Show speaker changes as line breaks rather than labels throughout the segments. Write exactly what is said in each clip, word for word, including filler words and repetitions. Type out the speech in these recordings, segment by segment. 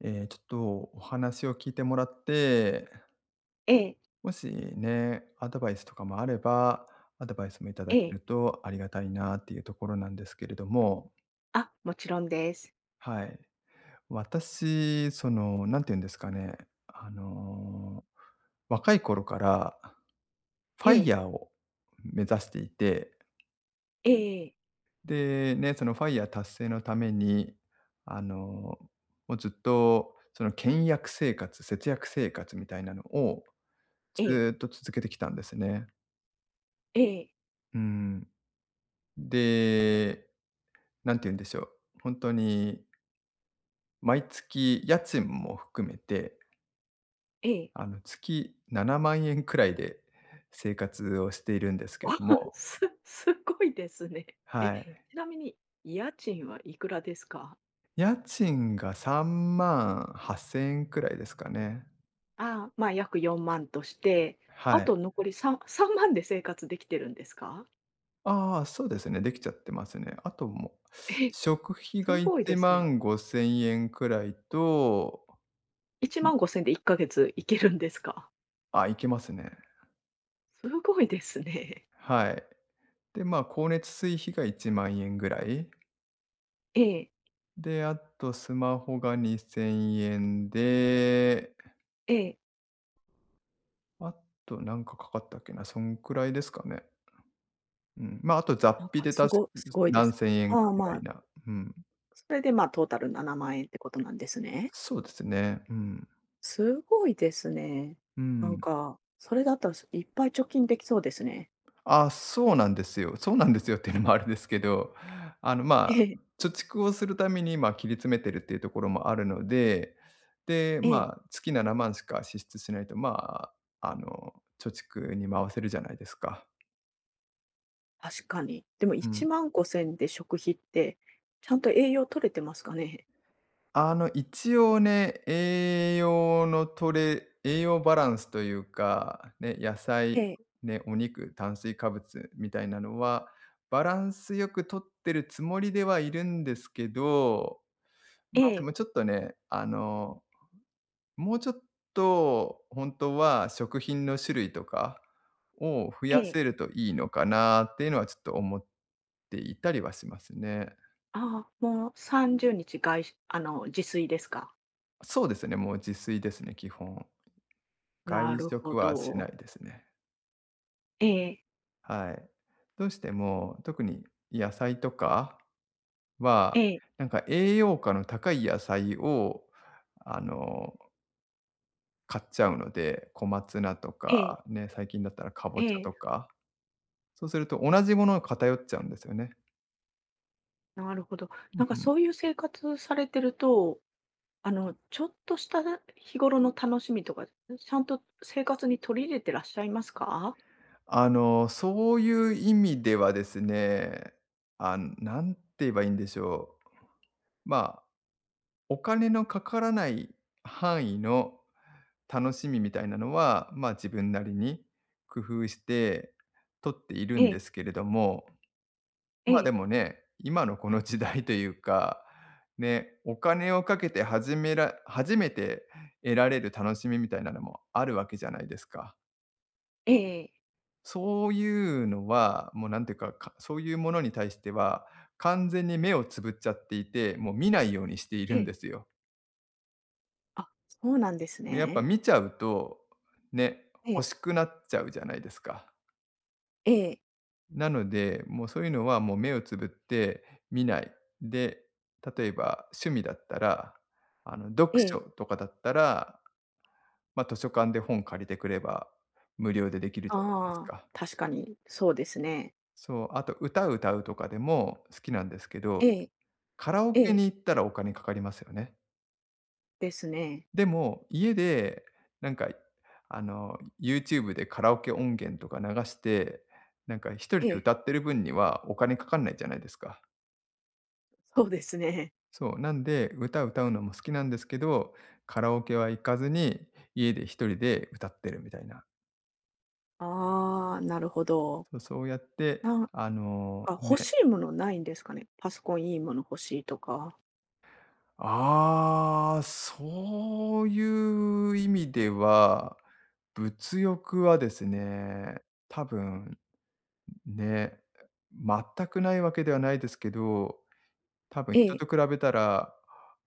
えーちょっとお話を聞いてもらって、
ええ、
もしね、アドバイスとかもあれば、アドバイスもいただ
え
け
え。
るとありがたいなっていうところなんですけれども、
あ、もちろんです。
はい。私、その、なんて言うんですかね、あの、若い頃からフ
え
ァイ
え、
ヤーを目指していて、
ええ
で、ね、そのファイヤー達成のために、あの、もうずっとその倹約生活、節約生活みたいなのを
ええ、
ずっと続けてきたんですね。
ええ、
うん。で、なんて言うんでしょう、本当に毎月家賃も含めて、
ええ。
あの、月ななまん円くらいで生活をしているんです
あ、
けど も、
すすごいですね。え、
は
ち
い。
なみに家賃はいくらですか？
家賃がさんまんはっせん円くらいですかね。
ああ、ま、約よんまんとして、
は
あ
い。
と残りさんさんまんで生活できてるんですか？
ああ、そうですね、できちゃってますね。あともう、
え、
食費が
すごい
1
ですね。
万ごせん円くらいと。
いちまんごせんでいっかげついけるんですか？
あ、いけますね。
すごいですね。
はい。で、まあ、光熱水費がいちまん円ぐらい。
ええ、
で、あとスマホがにせんえんで、
ええ。
あとなんかかかったっけな、そんくらいですかね。うん。まあ、あと雑
なん
費
か
でた
す
す
ごすごいで
何
す。
千円か
ああ、
みた
ま
い
あ、
な。うん。
それで、ま、あトータルななまん円ってことなんですね。
そうですね。うん。
すごいですね。
う
なん
ん。
か、それだったら、すいっぱい貯金できそうですね。
あ、そうなんですよ。そうなんですよっていうのもあれですけど、あの、まあ、
ええ、
貯蓄をするために今切り詰めてるっていうところもあるので、で、
ええ、
まあ、月ななまんしか支出しないと、まあ、あの、貯蓄に回せるじゃないですか。
確かに。でも
うん。
いち ご ぜろ ぜろで食費って、ちゃんと栄養取れてますかね？
あの、一応ね、栄養の取れ栄養バランスというか、ね、野菜、
ええ、
ね、お肉、炭水化物みたいなのは、バランスよく取ってるつもりではいるんですけど、
え
まあ、で
え、
もちょっとね、あの、もうちょっと本当は食品の種類とかを増
え
や
え。
せるといいのかなっていうのはちょっと思っていたりはしますね。
ああ、もうさんじゅうにちがしあの、自炊ですか？
そうですね、もう自炊ですね、基本。外
なる
食
ほ
はしな
ど。
いですね。
ええ、
はい。どうしても、特に野菜とかは、
ええ、
なんか栄養価の高い野菜を、あの、買っちゃうので、小松菜と
え
か、
え、
ね、最近だったらかぼ
え
ちゃ
え、
とか。そうすると同じものが偏っちゃうんですよね。
なるほど。
う
なんか
ん。
そういう生活されてると、あの、ちょっとした日頃の楽しみとか、ちゃんと生活に取り入れてらっしゃいますか？
あの、そういう意味ではですね、あなん、て言えばいいんでしょう。まあ、お金のかからない範囲の楽しみみたいなのは、まあ、自分なりに工夫して取っている
え
んで
え、
すけれども、
え
ま、で
え、
もね、今のこの時代というか、ね、お金をかけて始めら初めて得られる楽しみみたいなのもあるわけじゃないですか。
ええええ、
そういうのは、もうなんていうか、かそういうものに対しては、完全に目をつぶっちゃっていて、もう見ないようにしてい
え
るん
え。
ですよ。
あ、そうなんです
やっぱ
ね。
見ちゃうと、ね、
ええ、
欲しくなっちゃうじゃないですか。
ええ、
なので、もうそういうのはもう目をつぶって見ない。で、例えば趣味だったら、あの読
え
書
え。
とかだったら、まあ、図書館で本借りてくれば無料でできるじゃないです
ああ、
か。
確かにそうですね。
そう、あと歌歌うとかでも好きなんですけど、
ええ、
カラオ
え
ケ
え、
に行ったらお金かかりますよね。
ですね。
でも、家でなんか、あの、YouTube でカラオケ音源とか流して、なんか一人で
ええ、
歌ってる分にはお金かかんないじゃないですか。
そうですね。
そう、なんで、歌歌うのも好きなんですけど、カラオケは行かずに、家で一人で歌ってるみたいな。
ああ、なるほど。
そうそうやって、
なん
あの、
か欲
ね
しいものないんですかね？パソコンいいもの欲しいとか。
ああ、そういう意味では、物欲はですね、多分ね、全くないわけではないですけど、多分
え
人と
え、
比べたら、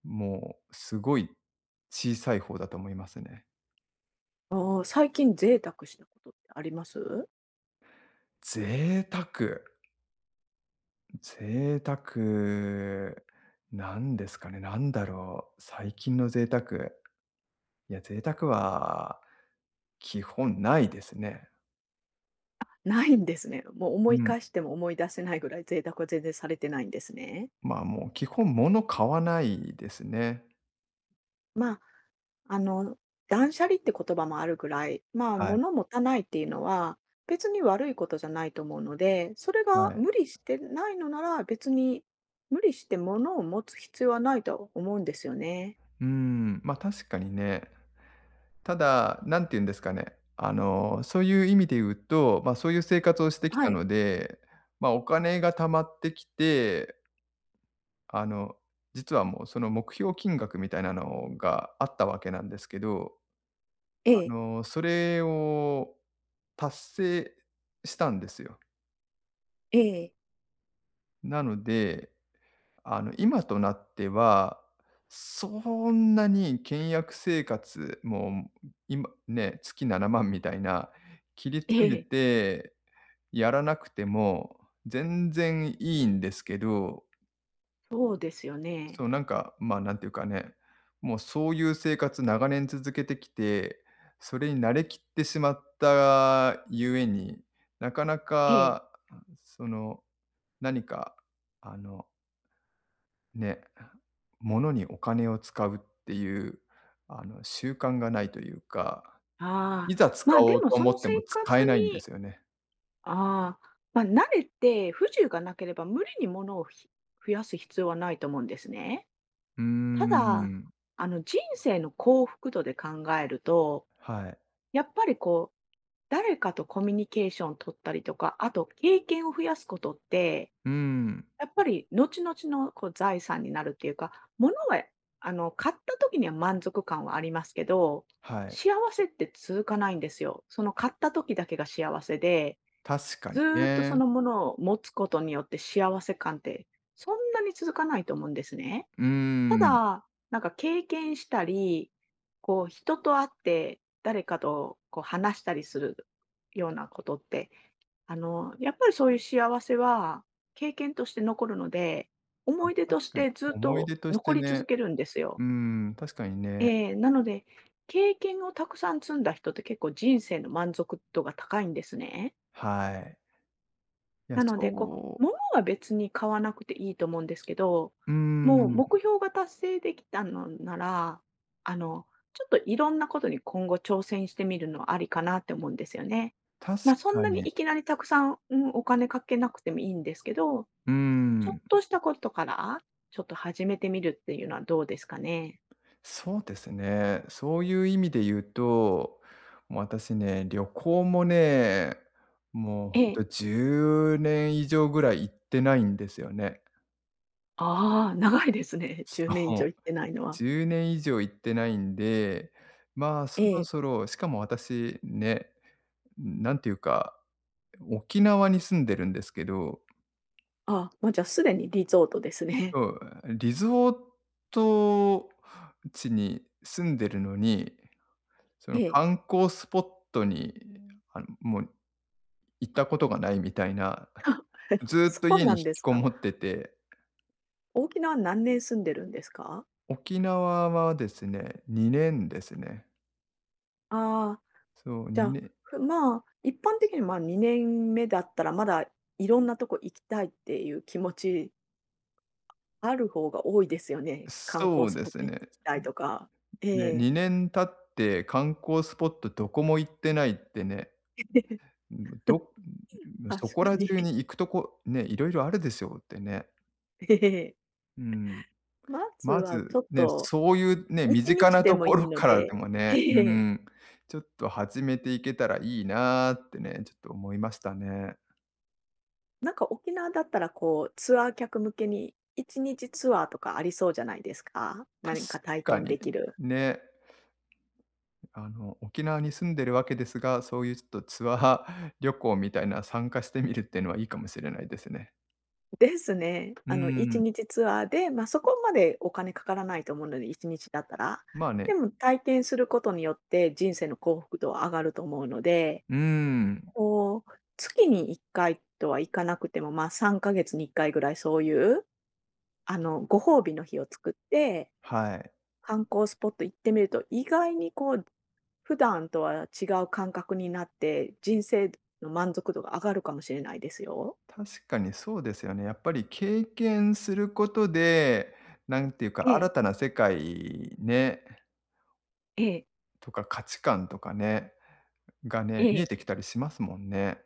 もうすごい小さい方だと思いますね。
ああ、最近贅沢したことってあります？
贅沢、贅沢、なんですかね、なんだろう、最近の贅沢。いや、贅沢は基本ないですね。
ないんですね。もう
う
思い
ん。
返しても思い出せないぐらい贅沢は全然されてないんですね。
まあ、もう基本物買わないですね。
まあ、あの、断捨離って言葉もあるぐらい、まあ、
はい、
物持たないっていうのは、別に悪いことじゃないと思うので、それ
は
が
い。
無理してないのなら、別に無理して物を持つ必要はないと思うんですよね。
うん、ま、確かにね。ただ、何て言うんですかね、あの、そういう意味で言うと、まあ、そういう生活をしてきた
はい。
ので、まあ、お金が貯まってきて、あの、実はもうその目標金額みたいなのがあったわけなんですけど、
え
あ
え、
の、それを達成したんですよ。
ええ、
なので、あの、今となっては、そんなに倹約生活も、今ね、月ななまんみたいな切り
え
詰め
え、
てやらなくても、全然いいんですけど、
そうですよ
そう
ね。
なんか、まあ、なんていうかね、もうそういう生活長年続けてきて、それに慣れきってしまったゆえに、なかな
ええ。
か、その、何か、あの、ね、物にお金を使うっていう、あの、習慣がないというか、
あ
いざ
あ、
使
まあ
お
で
う
も
と
そ
思
の
って
生
も使え
活
ないんで
に
すよね。
ああ、まあ、慣れて不自由がなければ無理に物をひ増やす必要はないと思うんですね。
うー
ただ、
ん、
あの、人生の幸福度で考えると、
はい。
やっぱりこう、誰かとコミュニケーション取ったりとか、あと経験を増やすことって、
うーん、
やっぱり後々のこう財産になるっていうか、物はあの、買った時には満足感はありますけど、
はい。
幸せって続かないんですよ。その買った時だけが幸せで
確か
ず
に
ーっとそ
ね。
のものを持つことによって幸せ感って、そんなに続かないと思うんですね。
うー
た
ん。
だ、なんか経験したり、こう人と会って誰かとこう話したりするようなことって、あの、やっぱりそういう幸せは経験として残るので、
ま
思い出
あ、
と
確
し
かに。
てずっ
思い
と
出とし
残
て
り続
ね、
けるんです
う
よ。
ーん、確かにね。
えーなので、経験をたくさん積んだ人って結構人生の満足度が高いんですね。
はい。いや、
なので、こう、
そう、
物は別に買わなくていいと思うんですけど、
うー
もう
ん、
目標が達成できたのなら、あの、ちょっといろんなことに今後挑戦してみるのはありかなって思うんですよね。
確
まあ、そん
か
なに
に。
いきなりたくさん、うん、お金かけなくてもいいんですけど、
うー
ちょっ
ん、
としたことから、ちょっと始めてみるっていうのはどうですかね。
そうですね。そういう意味で言うと、もう私ね、旅行もね、もう
え
ほんと
え。
じゅうねん以上ぐらい行ってないんですよね。
ああ、長いですね。
そ
じゅうねん以上行っ
う、
てないのは。
じゅうねん以上行ってないんで、まあ、そ
え
ろ
え。
そろしかも私ね、なんていうか、沖縄に住んでるんですけど、
あ、もうじゃあすでにリゾートですね。
そう、リゾート地に住んでるのに、そ
え
の
え。
観光スポットに、あの、もう行ったことがないみたいな、ずっ
そ
と
う
家に
な
引
んで
き
す
こ
か。
もってて、
沖縄何年住んでるんですか？
沖縄はですね、にねんですね。
ああ、
そう、
じゃ
2
あ、
年
ふまあ、一般的に、ま、にねんめだったら、まだいろんなとこ行きたいっていう気持ちある方が多いですよね。観
そ
光
う
ス
で
ポッ
す
ト行
ね。
きたいとか。
ね、
ええ
にねん経って観光スポットどこも行ってないってね。 ど
確
そこ
か
ら中
に。
に行くとこ、ね、いろいろあるでしょうってね。
ええ。
うん。
まず
ま
はちょ
ず、
っ
ね、
と
そういうね、身
1
近
日
な
で
と
も
こ
い
ろ
いの
からで
で、
もね、う
ええ、
ん、ちょっと始めていけたらいいなってね、ちょっと思いましたね。
なんか沖縄だったらこう、ツアー客向けにいちにちツアーとかありそうじゃないですか？
確
何か体
か
験
に、
できる。
ね、あの、沖縄に住んでるわけですが、そういうちょっとツアー旅行みたいな参加してみるっていうのはいいかもしれないですね。
ですね。
うー
あの、1
ん、
日ツアーで、まあ、そこまでお金かからないと思うので、いちにちだったら。
まあね、
でも体験することによって人生の幸福度は上がると思うので、
うーん、
こう、月にいっかいとはいかなくても、まあ、さんかげつにいっかいぐらいそういう、あの、ご褒美の日を作って、
はい。
観光スポット行ってみると、意外にこう、普段とは違う感覚になって、人生の満足度が上がるかもしれないですよ。
確かにそうですよね。やっぱり経験することで、なんていうか、
え
新
え、
たな世界ね、
ええ、
とか価値観とかね、がね、
え
見えて
え。
きたりしますもんね。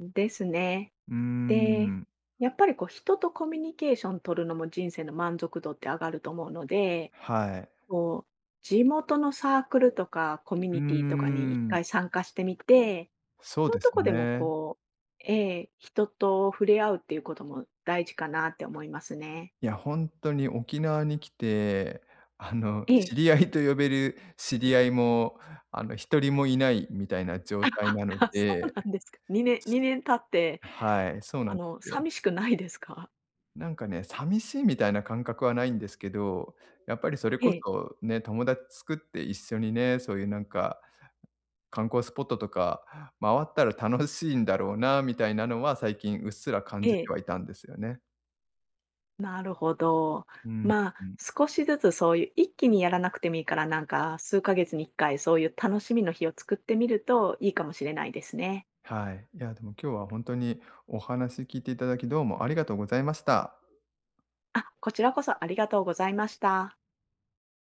ですね。
うー
で、
ん、
やっぱりこう人とコミュニケーション取るのも人生の満足度って上がると思うので、
はい。
こう、地元のサークルとかコミュ
うー
ニティとかに一
ん、
回参加してみて、
そう
そうい
で
う
す
とこでも
ね。
こう、ええ、人と触れ合うっていうことも大事かなって思いますね。
いや、ほんとに沖縄に来て、あの、
え
知
え。
り合いと呼べる知り合いも、あの、ひとりもいないみたいな状態なの
あ、そう
で。
なんですか。にねんにねん経って、
はい、そうな
あ
んで
の、
すよ。
寂しくないですか？
なんかね、寂しいみたいな感覚はないんですけど、やっぱりそれ
え
こ
え、
そね、友達作って一緒にね、そういうなんか観光スポットとか回ったら楽しいんだろうなみたいなのは最近うっすら感
え
じ
え。
てはいたんですよね。
なるほど。
うん、
まあ、
うん。
少しずつそういう一気にやらなくてもいいから、なんか数ヶ月にいっかいそういう楽しみの日を作ってみるといいかもしれないですね。
はい。いや、でも今日は本当にお話聞いていただき、どうもありがとうございました。
あ、こちらこそありがとうございました。